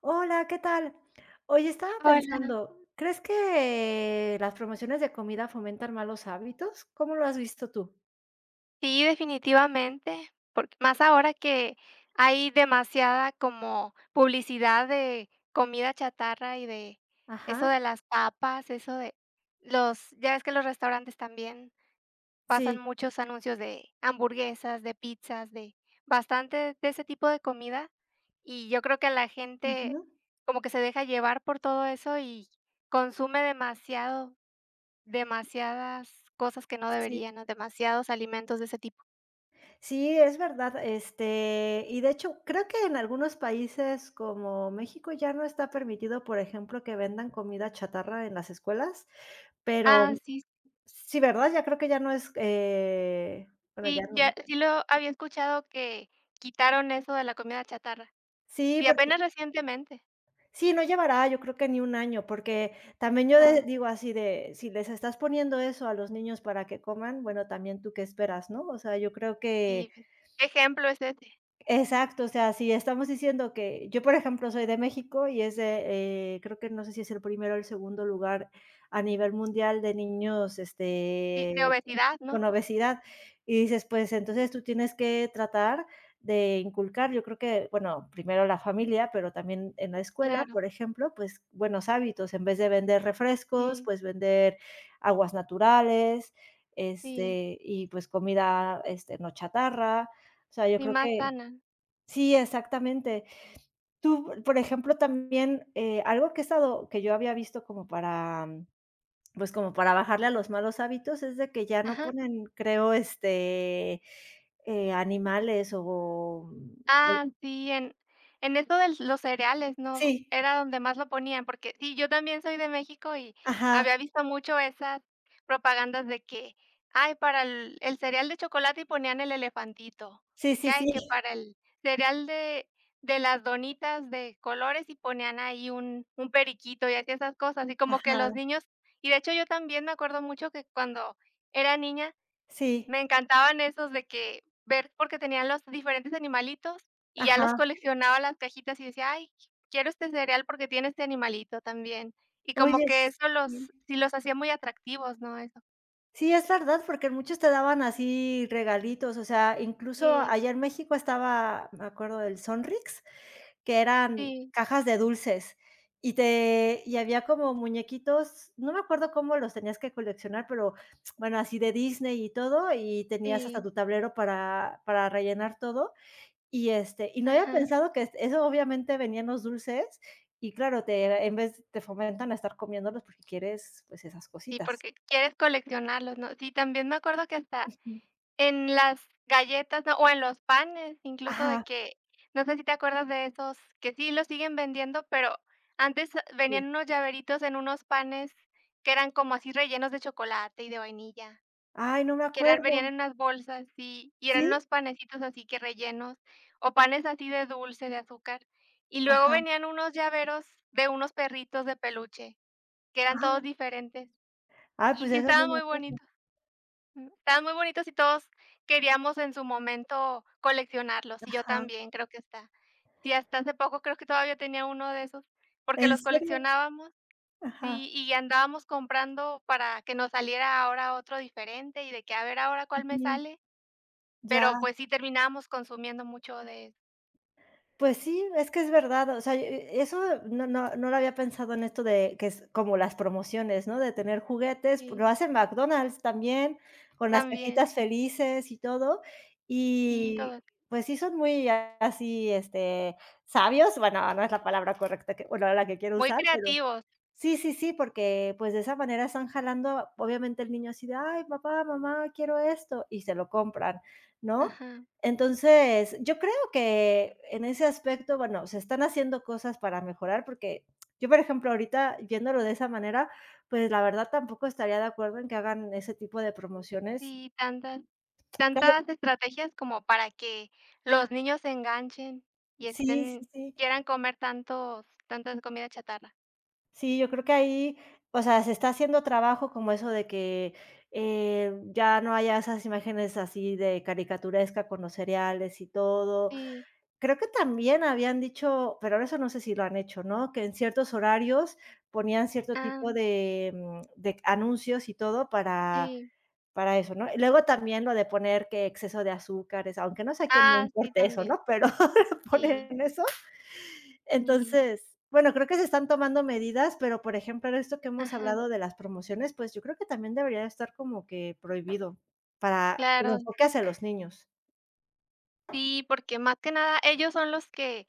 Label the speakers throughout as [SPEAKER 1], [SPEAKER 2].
[SPEAKER 1] Hola, ¿qué tal? Oye, estaba
[SPEAKER 2] Hola.
[SPEAKER 1] pensando, ¿crees que las promociones de comida fomentan malos hábitos? ¿Cómo lo has visto tú?
[SPEAKER 2] Sí, definitivamente, porque más ahora que hay demasiada como publicidad de comida chatarra y de eso
[SPEAKER 1] Ajá,
[SPEAKER 2] de las papas, eso de los ya ves que los restaurantes también pasan
[SPEAKER 1] sí.
[SPEAKER 2] muchos anuncios de hamburguesas, de pizzas, de bastante de ese tipo de comida, y yo creo que la gente
[SPEAKER 1] Ujú.
[SPEAKER 2] como que se deja llevar por todo eso y consume demasiado. Demasiadas cosas que no
[SPEAKER 1] Sí,
[SPEAKER 2] deberían, ¿no? Demasiados alimentos de ese tipo.
[SPEAKER 1] sí, es verdad. Este, y de hecho, creo que en algunos países como México ya no está permitido, por ejemplo, que vendan comida chatarra en las escuelas, pero
[SPEAKER 2] Ah, sí,
[SPEAKER 1] sí, ¿verdad? Ya creo que ya no es, bueno, ya
[SPEAKER 2] sí,
[SPEAKER 1] no.
[SPEAKER 2] ya sí lo había escuchado que quitaron eso de la comida chatarra,
[SPEAKER 1] Sí,
[SPEAKER 2] y
[SPEAKER 1] porque
[SPEAKER 2] apenas recientemente.
[SPEAKER 1] sí, no llevará, yo creo que ni un año, porque también yo de
[SPEAKER 2] No,
[SPEAKER 1] digo así de, si les estás poniendo eso a los niños para que coman, bueno, también tú qué esperas, ¿no? O sea, yo creo que
[SPEAKER 2] sí, ¿qué ejemplo es ese?
[SPEAKER 1] exacto, o sea, si estamos diciendo que yo, por ejemplo, soy de México y es de, creo que no sé si es el primero o el segundo lugar a nivel mundial de niños,
[SPEAKER 2] Sí, de
[SPEAKER 1] este
[SPEAKER 2] obesidad, ¿no?
[SPEAKER 1] con obesidad. Y dices, pues entonces tú tienes que tratar de inculcar, yo creo que, bueno, primero la familia, pero también en la escuela,
[SPEAKER 2] Claro,
[SPEAKER 1] por ejemplo, pues buenos hábitos, en vez de vender refrescos,
[SPEAKER 2] sí,
[SPEAKER 1] pues vender aguas naturales,
[SPEAKER 2] sí,
[SPEAKER 1] y pues comida, no chatarra. O sea, yo
[SPEAKER 2] y
[SPEAKER 1] creo
[SPEAKER 2] más
[SPEAKER 1] que
[SPEAKER 2] sana.
[SPEAKER 1] sí, exactamente. Tú, por ejemplo, también, algo que he estado que yo había visto como para pues, como para bajarle a los malos hábitos, es de que ya no
[SPEAKER 2] Ajá.
[SPEAKER 1] ponen, creo, animales o
[SPEAKER 2] Ah, sí, en eso de los cereales, ¿no?
[SPEAKER 1] sí,
[SPEAKER 2] Era donde más lo ponían, porque sí, yo también soy de México y
[SPEAKER 1] ajá,
[SPEAKER 2] había visto mucho esas propagandas de que, ay, para el cereal de chocolate y ponían el elefantito,
[SPEAKER 1] sí,
[SPEAKER 2] que
[SPEAKER 1] sí,
[SPEAKER 2] hay
[SPEAKER 1] sí,
[SPEAKER 2] que para el cereal de las donitas de colores y ponían ahí un periquito y así esas cosas, y como que
[SPEAKER 1] ajá,
[SPEAKER 2] los niños y de hecho yo también me acuerdo mucho que cuando era niña
[SPEAKER 1] sí,
[SPEAKER 2] me encantaban esos de que ver porque tenían los diferentes animalitos, y ya los
[SPEAKER 1] ajá.
[SPEAKER 2] coleccionaba las cajitas y decía: "Ay, quiero este cereal porque tiene este animalito también". Y como
[SPEAKER 1] Oye,
[SPEAKER 2] que eso los
[SPEAKER 1] sí,
[SPEAKER 2] sí los hacía muy atractivos, ¿no? Eso.
[SPEAKER 1] sí, es verdad, porque muchos te daban así regalitos, o sea, incluso
[SPEAKER 2] Sí,
[SPEAKER 1] allá en México estaba, me acuerdo del Sonrix, que eran
[SPEAKER 2] sí,
[SPEAKER 1] cajas de dulces y te y había como muñequitos, no me acuerdo cómo los tenías que coleccionar, pero bueno, así de Disney y todo, y tenías hasta
[SPEAKER 2] sí.
[SPEAKER 1] tu tablero para rellenar todo, y no había
[SPEAKER 2] Ajá.
[SPEAKER 1] pensado que eso obviamente venían los dulces y claro, te en vez te fomentan a estar comiéndolos porque quieres, pues, esas
[SPEAKER 2] Sí,
[SPEAKER 1] cositas.
[SPEAKER 2] porque quieres coleccionarlos, ¿no? Sí, también me acuerdo que hasta
[SPEAKER 1] Ujú.
[SPEAKER 2] en las galletas, ¿no? O en los panes, incluso de
[SPEAKER 1] Ajá,
[SPEAKER 2] que, no sé si te acuerdas de esos que sí los siguen vendiendo, pero antes
[SPEAKER 1] sí.
[SPEAKER 2] venían unos llaveritos en unos panes que eran como así rellenos de chocolate y de vainilla,
[SPEAKER 1] Ay, no me
[SPEAKER 2] que eran
[SPEAKER 1] acuerdo.
[SPEAKER 2] venían en unas bolsas, y
[SPEAKER 1] ¿Sí?
[SPEAKER 2] eran unos panecitos así que rellenos, o panes así de dulce, de azúcar. Y luego
[SPEAKER 1] Ajá.
[SPEAKER 2] venían unos llaveros de unos perritos de peluche, que eran
[SPEAKER 1] Ah,
[SPEAKER 2] todos diferentes,
[SPEAKER 1] ay,
[SPEAKER 2] y
[SPEAKER 1] pues,
[SPEAKER 2] sí
[SPEAKER 1] de eso no
[SPEAKER 2] estaban
[SPEAKER 1] me
[SPEAKER 2] muy
[SPEAKER 1] acuerdo.
[SPEAKER 2] bonitos. Estaban muy bonitos y todos queríamos en su momento coleccionarlos, y yo
[SPEAKER 1] Ajá.
[SPEAKER 2] también, creo que está sí, hasta hace poco creo que todavía tenía uno de esos, porque
[SPEAKER 1] ¿En
[SPEAKER 2] los
[SPEAKER 1] serio?
[SPEAKER 2] coleccionábamos y
[SPEAKER 1] Ajá.
[SPEAKER 2] y andábamos comprando para que nos saliera ahora otro diferente y de que a ver ahora cuál me
[SPEAKER 1] Ujú.
[SPEAKER 2] sale, pero,
[SPEAKER 1] Ya,
[SPEAKER 2] pues, sí terminábamos consumiendo mucho de eso.
[SPEAKER 1] pues sí, es que es verdad, o sea, eso no lo había pensado en esto de que es como las promociones, ¿no? De tener juguetes,
[SPEAKER 2] Sí,
[SPEAKER 1] lo hace McDonald's también, con las
[SPEAKER 2] también.
[SPEAKER 1] cajitas felices y todo,
[SPEAKER 2] Sí,
[SPEAKER 1] y
[SPEAKER 2] todos
[SPEAKER 1] pues sí son muy así, sabios, bueno, no es la palabra correcta que bueno, la que quiero
[SPEAKER 2] muy
[SPEAKER 1] usar, pero
[SPEAKER 2] creativos.
[SPEAKER 1] sí, sí, sí, porque, pues, de esa manera están jalando, obviamente, el niño así de: "Ay, papá, mamá, quiero esto", y se lo compran, ¿no?
[SPEAKER 2] Ajá.
[SPEAKER 1] Entonces, yo creo que en ese aspecto, bueno, se están haciendo cosas para mejorar, porque yo, por ejemplo, ahorita viéndolo de esa manera, pues, la verdad tampoco estaría de acuerdo en que hagan ese tipo de promociones.
[SPEAKER 2] Sí, tantas
[SPEAKER 1] Claro,
[SPEAKER 2] tantas estrategias como para que los niños se enganchen y
[SPEAKER 1] sí, sí,
[SPEAKER 2] estén
[SPEAKER 1] sí.
[SPEAKER 2] quieran comer tantos tantas comida chatarra.
[SPEAKER 1] Sí, yo creo que ahí, o sea, se está haciendo trabajo como eso de que, ya no haya esas imágenes así de caricaturesca con los cereales y todo.
[SPEAKER 2] Sí,
[SPEAKER 1] Creo que también habían dicho, pero ahora eso no sé si lo han hecho, ¿no? Que en ciertos horarios ponían cierto
[SPEAKER 2] ah,
[SPEAKER 1] tipo de anuncios y todo
[SPEAKER 2] sí.
[SPEAKER 1] para eso, ¿no? Y luego también lo de poner que exceso de azúcares, aunque no sé a quién le
[SPEAKER 2] Ah, sí,
[SPEAKER 1] importe eso,
[SPEAKER 2] también.
[SPEAKER 1] ¿no? Pero
[SPEAKER 2] Sí,
[SPEAKER 1] ponen eso.
[SPEAKER 2] sí.
[SPEAKER 1] Entonces, bueno, creo que se están tomando medidas, pero, por ejemplo, esto que hemos
[SPEAKER 2] Ajá,
[SPEAKER 1] hablado de las promociones, pues, yo creo que también debería estar como que prohibido para el
[SPEAKER 2] claro.
[SPEAKER 1] enfoque hacia los niños.
[SPEAKER 2] Sí, porque más que nada ellos son los que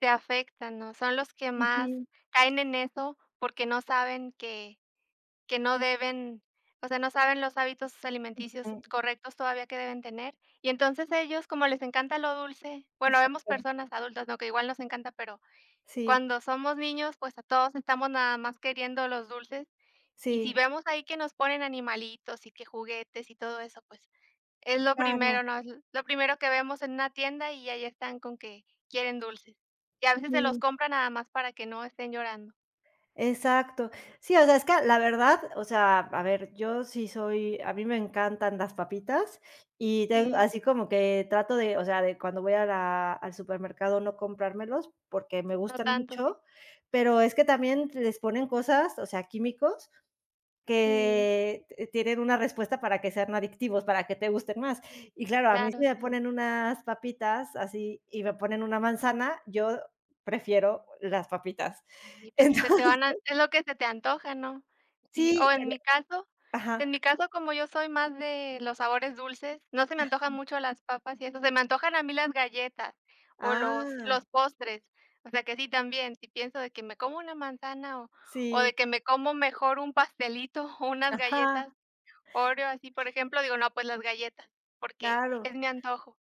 [SPEAKER 2] se afectan, ¿no? Son los que más
[SPEAKER 1] Ujú,
[SPEAKER 2] caen en eso, porque no saben que no deben, o sea, no saben los hábitos alimenticios
[SPEAKER 1] ujú,
[SPEAKER 2] correctos todavía que deben tener. Y entonces ellos, como les encanta lo dulce, bueno, vemos
[SPEAKER 1] exacto.
[SPEAKER 2] personas adultas, ¿no? Que igual nos encanta, pero
[SPEAKER 1] Sí,
[SPEAKER 2] cuando somos niños, pues a todos estamos nada más queriendo los dulces. Y si
[SPEAKER 1] sí,
[SPEAKER 2] vemos ahí que nos ponen animalitos y que juguetes y todo eso, pues es lo
[SPEAKER 1] claro,
[SPEAKER 2] primero, ¿no? Es lo primero que vemos en una tienda y ahí están con que quieren dulces. Y a veces se los
[SPEAKER 1] sí.
[SPEAKER 2] compran nada más para que no estén llorando.
[SPEAKER 1] Exacto. Sí, o sea, es que la verdad, o sea, a ver, yo sí soy a mí me encantan las papitas y tengo
[SPEAKER 2] Sí,
[SPEAKER 1] así como que trato de, o sea, de cuando voy a la al supermercado no comprármelos porque me
[SPEAKER 2] no
[SPEAKER 1] gustan
[SPEAKER 2] tanto, sí.
[SPEAKER 1] mucho, pero es que también les ponen cosas, o sea, químicos
[SPEAKER 2] Sí,
[SPEAKER 1] que t tienen una respuesta para que sean adictivos, para que te gusten más. Y claro, a mí si
[SPEAKER 2] claro.
[SPEAKER 1] me
[SPEAKER 2] Sí.
[SPEAKER 1] ponen unas papitas así y me ponen una manzana, yo prefiero las papitas.
[SPEAKER 2] Y pues se te
[SPEAKER 1] Entonces
[SPEAKER 2] van a es lo que se te antoja, ¿no? Sí, o
[SPEAKER 1] sí.
[SPEAKER 2] en mi caso en
[SPEAKER 1] Ajá.
[SPEAKER 2] mi caso, como yo soy más de los sabores dulces, no se me antojan mucho las papas y eso, se me antojan a mí las galletas o los
[SPEAKER 1] Ah,
[SPEAKER 2] postres. O sea que sí, también, si pienso de que me como una manzana o de
[SPEAKER 1] sí.
[SPEAKER 2] que me como mejor un pastelito o unas galletas
[SPEAKER 1] Ajá,
[SPEAKER 2] Oreo, así, por ejemplo, digo: "No, pues las galletas", porque es
[SPEAKER 1] claro.
[SPEAKER 2] mi antojo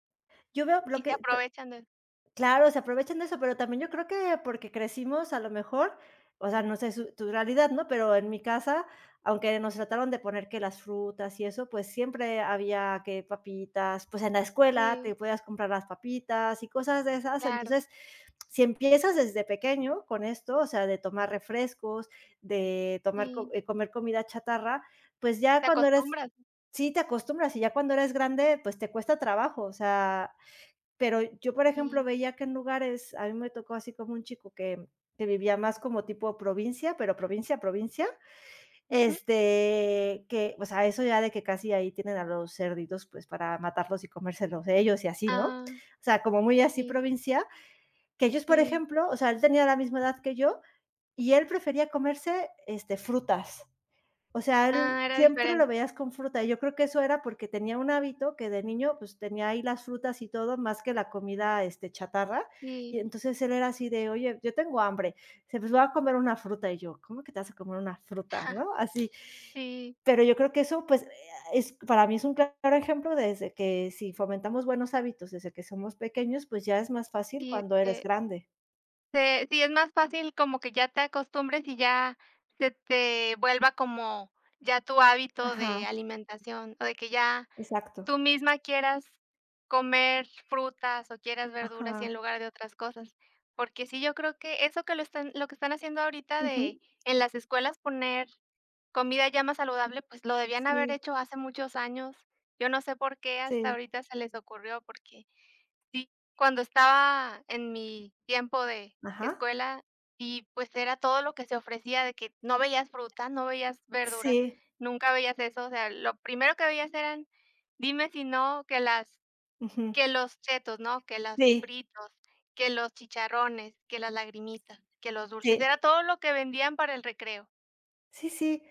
[SPEAKER 1] Yo veo lo
[SPEAKER 2] y se
[SPEAKER 1] que pe
[SPEAKER 2] aprovechan de.
[SPEAKER 1] Claro, se aprovechan de eso, pero también yo creo que porque crecimos a lo mejor, o sea, no sé su tu realidad, ¿no? Pero en mi casa, aunque nos trataron de poner que las frutas y eso, pues siempre había que papitas, pues en la escuela te
[SPEAKER 2] Sí,
[SPEAKER 1] podías comprar las papitas y cosas de esas.
[SPEAKER 2] claro,
[SPEAKER 1] Entonces, si empiezas desde pequeño con esto, o sea, de tomar refrescos, de tomar co
[SPEAKER 2] sí,
[SPEAKER 1] comer comida chatarra, pues ya
[SPEAKER 2] te
[SPEAKER 1] cuando eres
[SPEAKER 2] acostumbras,
[SPEAKER 1] sí, te acostumbras y ya cuando eres grande, pues te cuesta trabajo, o sea, pero yo, por ejemplo,
[SPEAKER 2] sí.
[SPEAKER 1] veía que en lugares, a mí me tocó así como un chico que vivía más como tipo provincia, pero provincia, provincia,
[SPEAKER 2] Ujú.
[SPEAKER 1] que, o sea, eso ya de que casi ahí tienen a los cerditos, pues, para matarlos y comérselos ellos y así, ¿no? O
[SPEAKER 2] Ah.
[SPEAKER 1] sea, como muy así
[SPEAKER 2] Sí,
[SPEAKER 1] provincia, que ellos, por
[SPEAKER 2] sí.
[SPEAKER 1] ejemplo, o sea, él tenía la misma edad que yo y él prefería comerse, frutas. O sea, él
[SPEAKER 2] Ah, era
[SPEAKER 1] siempre lo
[SPEAKER 2] diferente.
[SPEAKER 1] veías con fruta. Yo creo que eso era porque tenía un hábito que de niño, pues, tenía ahí las frutas y todo, más que la comida, chatarra. Y
[SPEAKER 2] Sí,
[SPEAKER 1] entonces él era así de: "Oye, yo tengo hambre". Se "Pues, me voy a comer una fruta". Y yo: "¿Cómo que te vas a comer una fruta?", ¿no? Así.
[SPEAKER 2] sí,
[SPEAKER 1] Pero yo creo que eso, pues, es para mí es un claro ejemplo desde que si fomentamos buenos hábitos desde que somos pequeños, pues, ya es más fácil
[SPEAKER 2] sí,
[SPEAKER 1] cuando eres
[SPEAKER 2] te
[SPEAKER 1] grande.
[SPEAKER 2] te sí, es más fácil como que ya te acostumbres y ya se te vuelva como ya tu hábito de
[SPEAKER 1] Ajá,
[SPEAKER 2] alimentación, o de que ya
[SPEAKER 1] exacto.
[SPEAKER 2] tú misma quieras comer frutas o quieras verduras y en
[SPEAKER 1] Ajá.
[SPEAKER 2] lugar de otras cosas. Porque sí, yo creo que eso que lo que están haciendo ahorita de
[SPEAKER 1] Ujú.
[SPEAKER 2] en las escuelas poner comida ya más saludable, pues lo debían haber
[SPEAKER 1] Sí,
[SPEAKER 2] hecho hace muchos años. Yo no sé por qué hasta
[SPEAKER 1] sí.
[SPEAKER 2] ahorita se les ocurrió, porque sí, cuando estaba en mi tiempo de
[SPEAKER 1] Ajá.
[SPEAKER 2] escuela y, pues, era todo lo que se ofrecía, de que no veías fruta, no veías verdura,
[SPEAKER 1] Sí.
[SPEAKER 2] nunca veías eso, o sea, lo primero que veías eran dime si no, que las
[SPEAKER 1] Ujú.
[SPEAKER 2] que los chetos, ¿no? Que las
[SPEAKER 1] Sí,
[SPEAKER 2] fritos, que los chicharrones, que las lagrimitas, que los dulces, era
[SPEAKER 1] sí,
[SPEAKER 2] todo lo que vendían para el recreo.
[SPEAKER 1] sí, sí.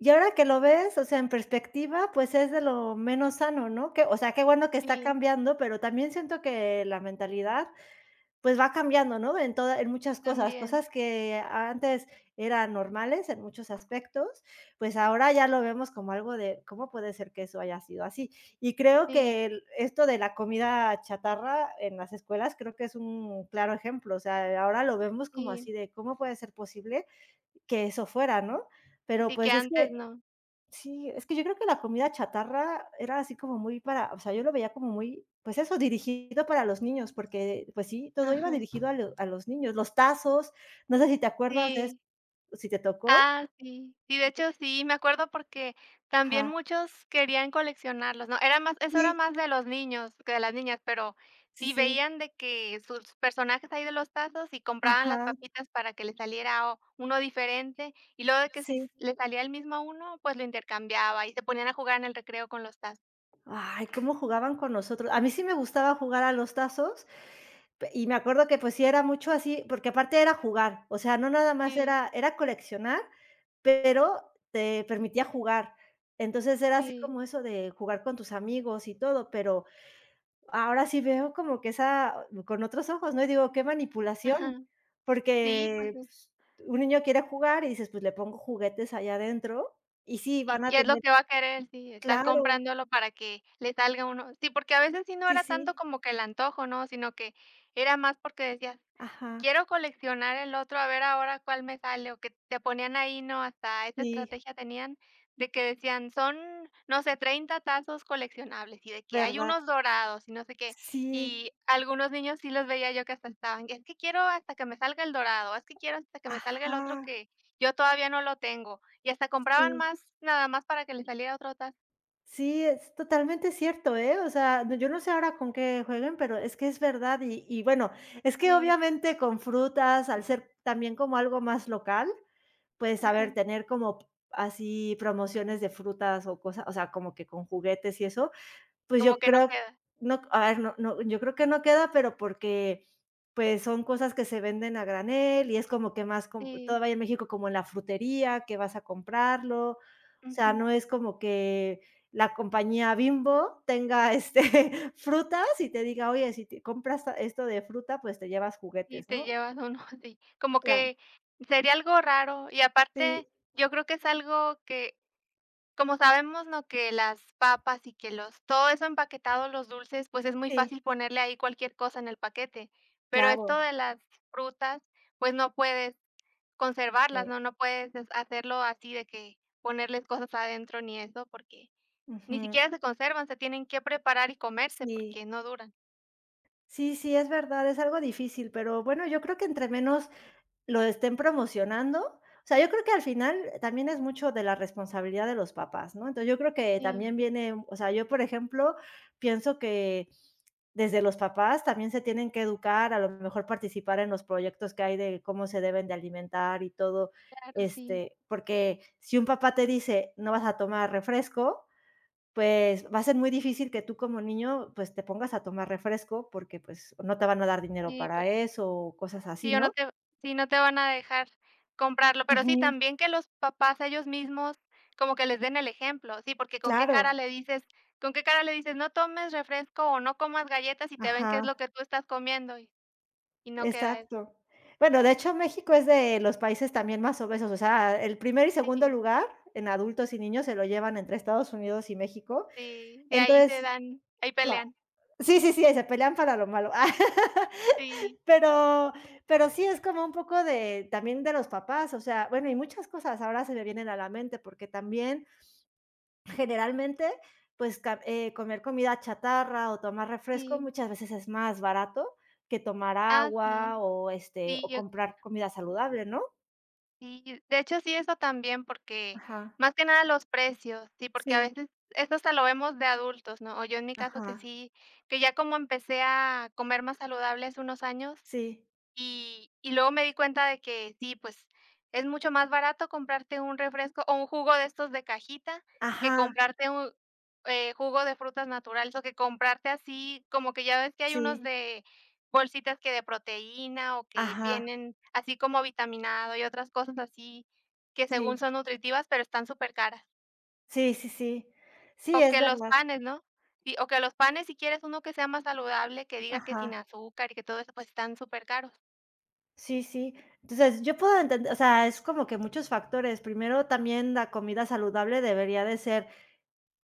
[SPEAKER 1] Y ahora que lo ves, o sea, en perspectiva, pues, es de lo menos sano, ¿no? Que, o sea, qué bueno que está
[SPEAKER 2] Sí,
[SPEAKER 1] cambiando, pero también siento que la mentalidad, pues, va cambiando, ¿no? En muchas cosas,
[SPEAKER 2] también,
[SPEAKER 1] cosas que antes eran normales en muchos aspectos, pues, ahora ya lo vemos como algo de, ¿cómo puede ser que eso haya sido así? Y creo
[SPEAKER 2] sí,
[SPEAKER 1] que el esto de la comida chatarra en las escuelas, creo que es un claro ejemplo, o sea, ahora lo vemos como
[SPEAKER 2] sí,
[SPEAKER 1] así de, ¿cómo puede ser posible que eso fuera?, ¿no? Pero,
[SPEAKER 2] sí, que
[SPEAKER 1] pues, es
[SPEAKER 2] antes
[SPEAKER 1] que
[SPEAKER 2] no.
[SPEAKER 1] sí, es que yo creo que la comida chatarra era así como muy para o sea, yo lo veía como muy, pues eso, dirigido para los niños, porque, pues sí, todo iba
[SPEAKER 2] Ajá,
[SPEAKER 1] dirigido a los niños, los tazos, no sé si te acuerdas de eso,
[SPEAKER 2] sí.
[SPEAKER 1] si te tocó.
[SPEAKER 2] Ah, sí. Sí, de hecho, sí, me acuerdo porque también
[SPEAKER 1] Ajá.
[SPEAKER 2] muchos querían coleccionarlos, ¿no? Era más eso era
[SPEAKER 1] Sí,
[SPEAKER 2] más de los niños que de las niñas, pero
[SPEAKER 1] sí,
[SPEAKER 2] sí
[SPEAKER 1] sí.
[SPEAKER 2] veían de que sus personajes ahí de los tazos y compraban las
[SPEAKER 1] Ajá,
[SPEAKER 2] papitas para que les saliera o uno diferente, y luego de que si s
[SPEAKER 1] sí.
[SPEAKER 2] le salía el mismo a uno, pues lo intercambiaba y se ponían a jugar en el recreo con los tazos.
[SPEAKER 1] Ay, cómo jugaban con nosotros. A mí sí me gustaba jugar a los tazos. Pe Y me acuerdo que, pues, sí era mucho así, porque aparte era jugar, o sea, no nada más
[SPEAKER 2] Sí,
[SPEAKER 1] era coleccionar, pero te permitía jugar. Entonces, era así
[SPEAKER 2] sí.
[SPEAKER 1] como eso de jugar con tus amigos y todo, pero ahora sí veo como que esa con otros ojos, ¿no? Y digo, qué manipulación,
[SPEAKER 2] Ajá. Sí, pues.
[SPEAKER 1] porque, pues, un niño quiere jugar y dices: "Pues, le pongo juguetes allá adentro", y sí, van
[SPEAKER 2] Y
[SPEAKER 1] a
[SPEAKER 2] y es lo
[SPEAKER 1] tener
[SPEAKER 2] que va a querer, sí, estar
[SPEAKER 1] claro,
[SPEAKER 2] comprándolo para que le salga uno sí, porque a veces sí no
[SPEAKER 1] sí,
[SPEAKER 2] era tanto
[SPEAKER 1] sí,
[SPEAKER 2] como que el antojo, ¿no? Sino que era más porque decías:
[SPEAKER 1] ajá,
[SPEAKER 2] "Quiero coleccionar el otro, a ver ahora cuál me sale", o que te ponían ahí, ¿no? Hasta esa
[SPEAKER 1] sí,
[SPEAKER 2] estrategia tenían de que decían: "Son, no sé, 30 tazos coleccionables", y de que hay
[SPEAKER 1] ¿verdad?
[SPEAKER 2] unos dorados y no sé qué.
[SPEAKER 1] Sí,
[SPEAKER 2] Y algunos niños sí los veía yo que hasta estaban: "Es que quiero hasta que me salga el dorado, es que quiero hasta que me salga el
[SPEAKER 1] ajá,
[SPEAKER 2] otro que yo todavía no lo tengo". Y hasta compraban
[SPEAKER 1] sí.
[SPEAKER 2] más, nada más para que le saliera otro tazo.
[SPEAKER 1] Sí, es totalmente cierto, ¿eh? O sea, no, yo no sé ahora con qué jueguen, pero es que es verdad. Y bueno, es que
[SPEAKER 2] Sí,
[SPEAKER 1] obviamente con frutas, al ser también como algo más local, pues a
[SPEAKER 2] ajá,
[SPEAKER 1] ver, tener como así promociones de frutas o cosas, o sea, como que con juguetes y eso, pues yo
[SPEAKER 2] como que no
[SPEAKER 1] creo,
[SPEAKER 2] queda.
[SPEAKER 1] no, a ver, no no, yo creo que no queda, pero porque, pues, son cosas que se venden a granel y es como que más com
[SPEAKER 2] Sí,
[SPEAKER 1] todavía en México como en la frutería, que vas a comprarlo. O sea,
[SPEAKER 2] ujú,
[SPEAKER 1] no es como que la compañía Bimbo tenga, frutas y te diga: "Oye, si te compras esto de fruta, pues te llevas
[SPEAKER 2] y
[SPEAKER 1] juguetes",
[SPEAKER 2] te
[SPEAKER 1] ¿no?
[SPEAKER 2] llevas uno así, como
[SPEAKER 1] Claro,
[SPEAKER 2] que sería algo raro, y
[SPEAKER 1] sí,
[SPEAKER 2] aparte, yo creo que es algo que, como sabemos, ¿no?, que las papas y que los todo eso empaquetado, los dulces, pues, es muy
[SPEAKER 1] sí,
[SPEAKER 2] fácil ponerle ahí cualquier cosa en el paquete, pero
[SPEAKER 1] claro,
[SPEAKER 2] esto de las frutas, pues, no puedes
[SPEAKER 1] sí,
[SPEAKER 2] conservarlas, ¿no?, no puedes hacerlo así de que ponerles cosas adentro ni eso, porque ni
[SPEAKER 1] ujú,
[SPEAKER 2] siquiera se conservan, se tienen que preparar y comerse
[SPEAKER 1] sí.
[SPEAKER 2] porque no duran.
[SPEAKER 1] Sí, sí, es verdad, es algo difícil, pero bueno, yo creo que entre menos lo estén promocionando. O sea, yo creo que al final también es mucho de la responsabilidad de los papás, ¿no? Entonces, yo creo que
[SPEAKER 2] Sí,
[SPEAKER 1] también viene, o sea, yo, por ejemplo, pienso que desde los papás también se tienen que educar, a lo mejor participar en los proyectos que hay de cómo se deben de alimentar y todo,
[SPEAKER 2] claro, sí,
[SPEAKER 1] porque si un papá te dice: "No vas a tomar refresco", pues, va a ser muy difícil que tú como niño, pues, te pongas a tomar refresco porque, pues, no te van a dar dinero
[SPEAKER 2] sí, pe
[SPEAKER 1] para eso o cosas así,
[SPEAKER 2] sí, o no
[SPEAKER 1] ¿no?
[SPEAKER 2] te sí, no te van a dejar comprarlo, pero sí,
[SPEAKER 1] Ujú.
[SPEAKER 2] también que los papás ellos mismos como que les den el ejemplo, sí, porque
[SPEAKER 1] Claro,
[SPEAKER 2] con qué cara le dices: "No tomes refresco o no comas galletas", y te ven qué es
[SPEAKER 1] ajá,
[SPEAKER 2] lo que tú estás comiendo y no queda eso.
[SPEAKER 1] exacto. Bueno, de hecho, México es de los países también más obesos, o sea, el primer y segundo
[SPEAKER 2] Sí,
[SPEAKER 1] lugar en adultos y niños se lo llevan entre Estados Unidos y México.
[SPEAKER 2] sí, de ahí se
[SPEAKER 1] Entonces,
[SPEAKER 2] dan ahí
[SPEAKER 1] claro,
[SPEAKER 2] pelean.
[SPEAKER 1] sí, sí, sí, se pelean para lo malo.
[SPEAKER 2] Sí.
[SPEAKER 1] Pero pero sí es como un poco de también de los papás, o sea, bueno, y muchas cosas ahora se me vienen a la mente, porque también generalmente, pues, ca comer comida chatarra o tomar refresco
[SPEAKER 2] Sí.
[SPEAKER 1] muchas veces es más barato que tomar
[SPEAKER 2] Ah, sí,
[SPEAKER 1] agua o
[SPEAKER 2] sí, yo
[SPEAKER 1] comprar comida saludable, ¿no?
[SPEAKER 2] Sí, de hecho, sí, eso también, porque
[SPEAKER 1] Ajá,
[SPEAKER 2] más que nada los precios, sí, porque a
[SPEAKER 1] sí,
[SPEAKER 2] veces eso hasta lo vemos de adultos, ¿no? O yo en mi caso que
[SPEAKER 1] ajá,
[SPEAKER 2] sí, que ya como empecé a comer más saludable hace unos años,
[SPEAKER 1] sí,
[SPEAKER 2] y luego me di cuenta de que sí, pues, es mucho más barato comprarte un refresco o un jugo de estos de cajita que
[SPEAKER 1] ajá,
[SPEAKER 2] comprarte un, jugo de frutas naturales, o que comprarte así, como que ya ves que hay unos
[SPEAKER 1] sí,
[SPEAKER 2] de bolsitas que de proteína, o que
[SPEAKER 1] ajá,
[SPEAKER 2] vienen así como vitaminado y otras cosas así, que según
[SPEAKER 1] sí,
[SPEAKER 2] son nutritivas, pero están súper caras.
[SPEAKER 1] sí, sí, sí. Sí,
[SPEAKER 2] O
[SPEAKER 1] es
[SPEAKER 2] que los
[SPEAKER 1] verdad.
[SPEAKER 2] panes, ¿no? Sí, o que los panes, si quieres uno que sea más saludable, que diga que sin
[SPEAKER 1] Ajá,
[SPEAKER 2] azúcar y que todo eso, pues, están súper caros.
[SPEAKER 1] sí, sí. Entonces, yo puedo entender, o sea, es como que muchos factores. Primero, también la comida saludable debería de ser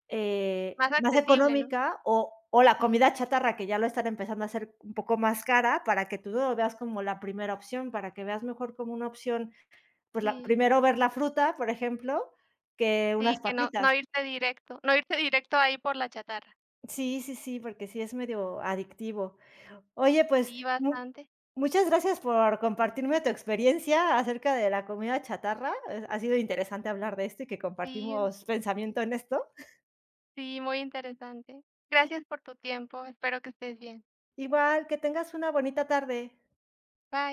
[SPEAKER 2] Más
[SPEAKER 1] Más
[SPEAKER 2] accesible, ¿no?
[SPEAKER 1] económica o la
[SPEAKER 2] Sí.
[SPEAKER 1] comida chatarra, que ya lo están empezando a hacer un poco más cara, para que tú no lo veas como la primera opción, para que veas mejor como una opción, pues, la
[SPEAKER 2] Sí,
[SPEAKER 1] primero ver la fruta, por ejemplo, que unas
[SPEAKER 2] sí, que no
[SPEAKER 1] papitas.
[SPEAKER 2] irte directo, no irte directo ahí por la chatarra.
[SPEAKER 1] Sí, sí, sí, porque sí es medio adictivo. Oye, pues,
[SPEAKER 2] Sí,
[SPEAKER 1] mu
[SPEAKER 2] bastante.
[SPEAKER 1] muchas gracias por compartirme tu experiencia acerca de la comida chatarra. Ha sido interesante hablar de esto y que
[SPEAKER 2] Sí,
[SPEAKER 1] compartimos pensamiento en esto.
[SPEAKER 2] sí, muy interesante. Gracias por tu tiempo, espero que estés bien.
[SPEAKER 1] Igual, que tengas una bonita tarde.
[SPEAKER 2] Bye.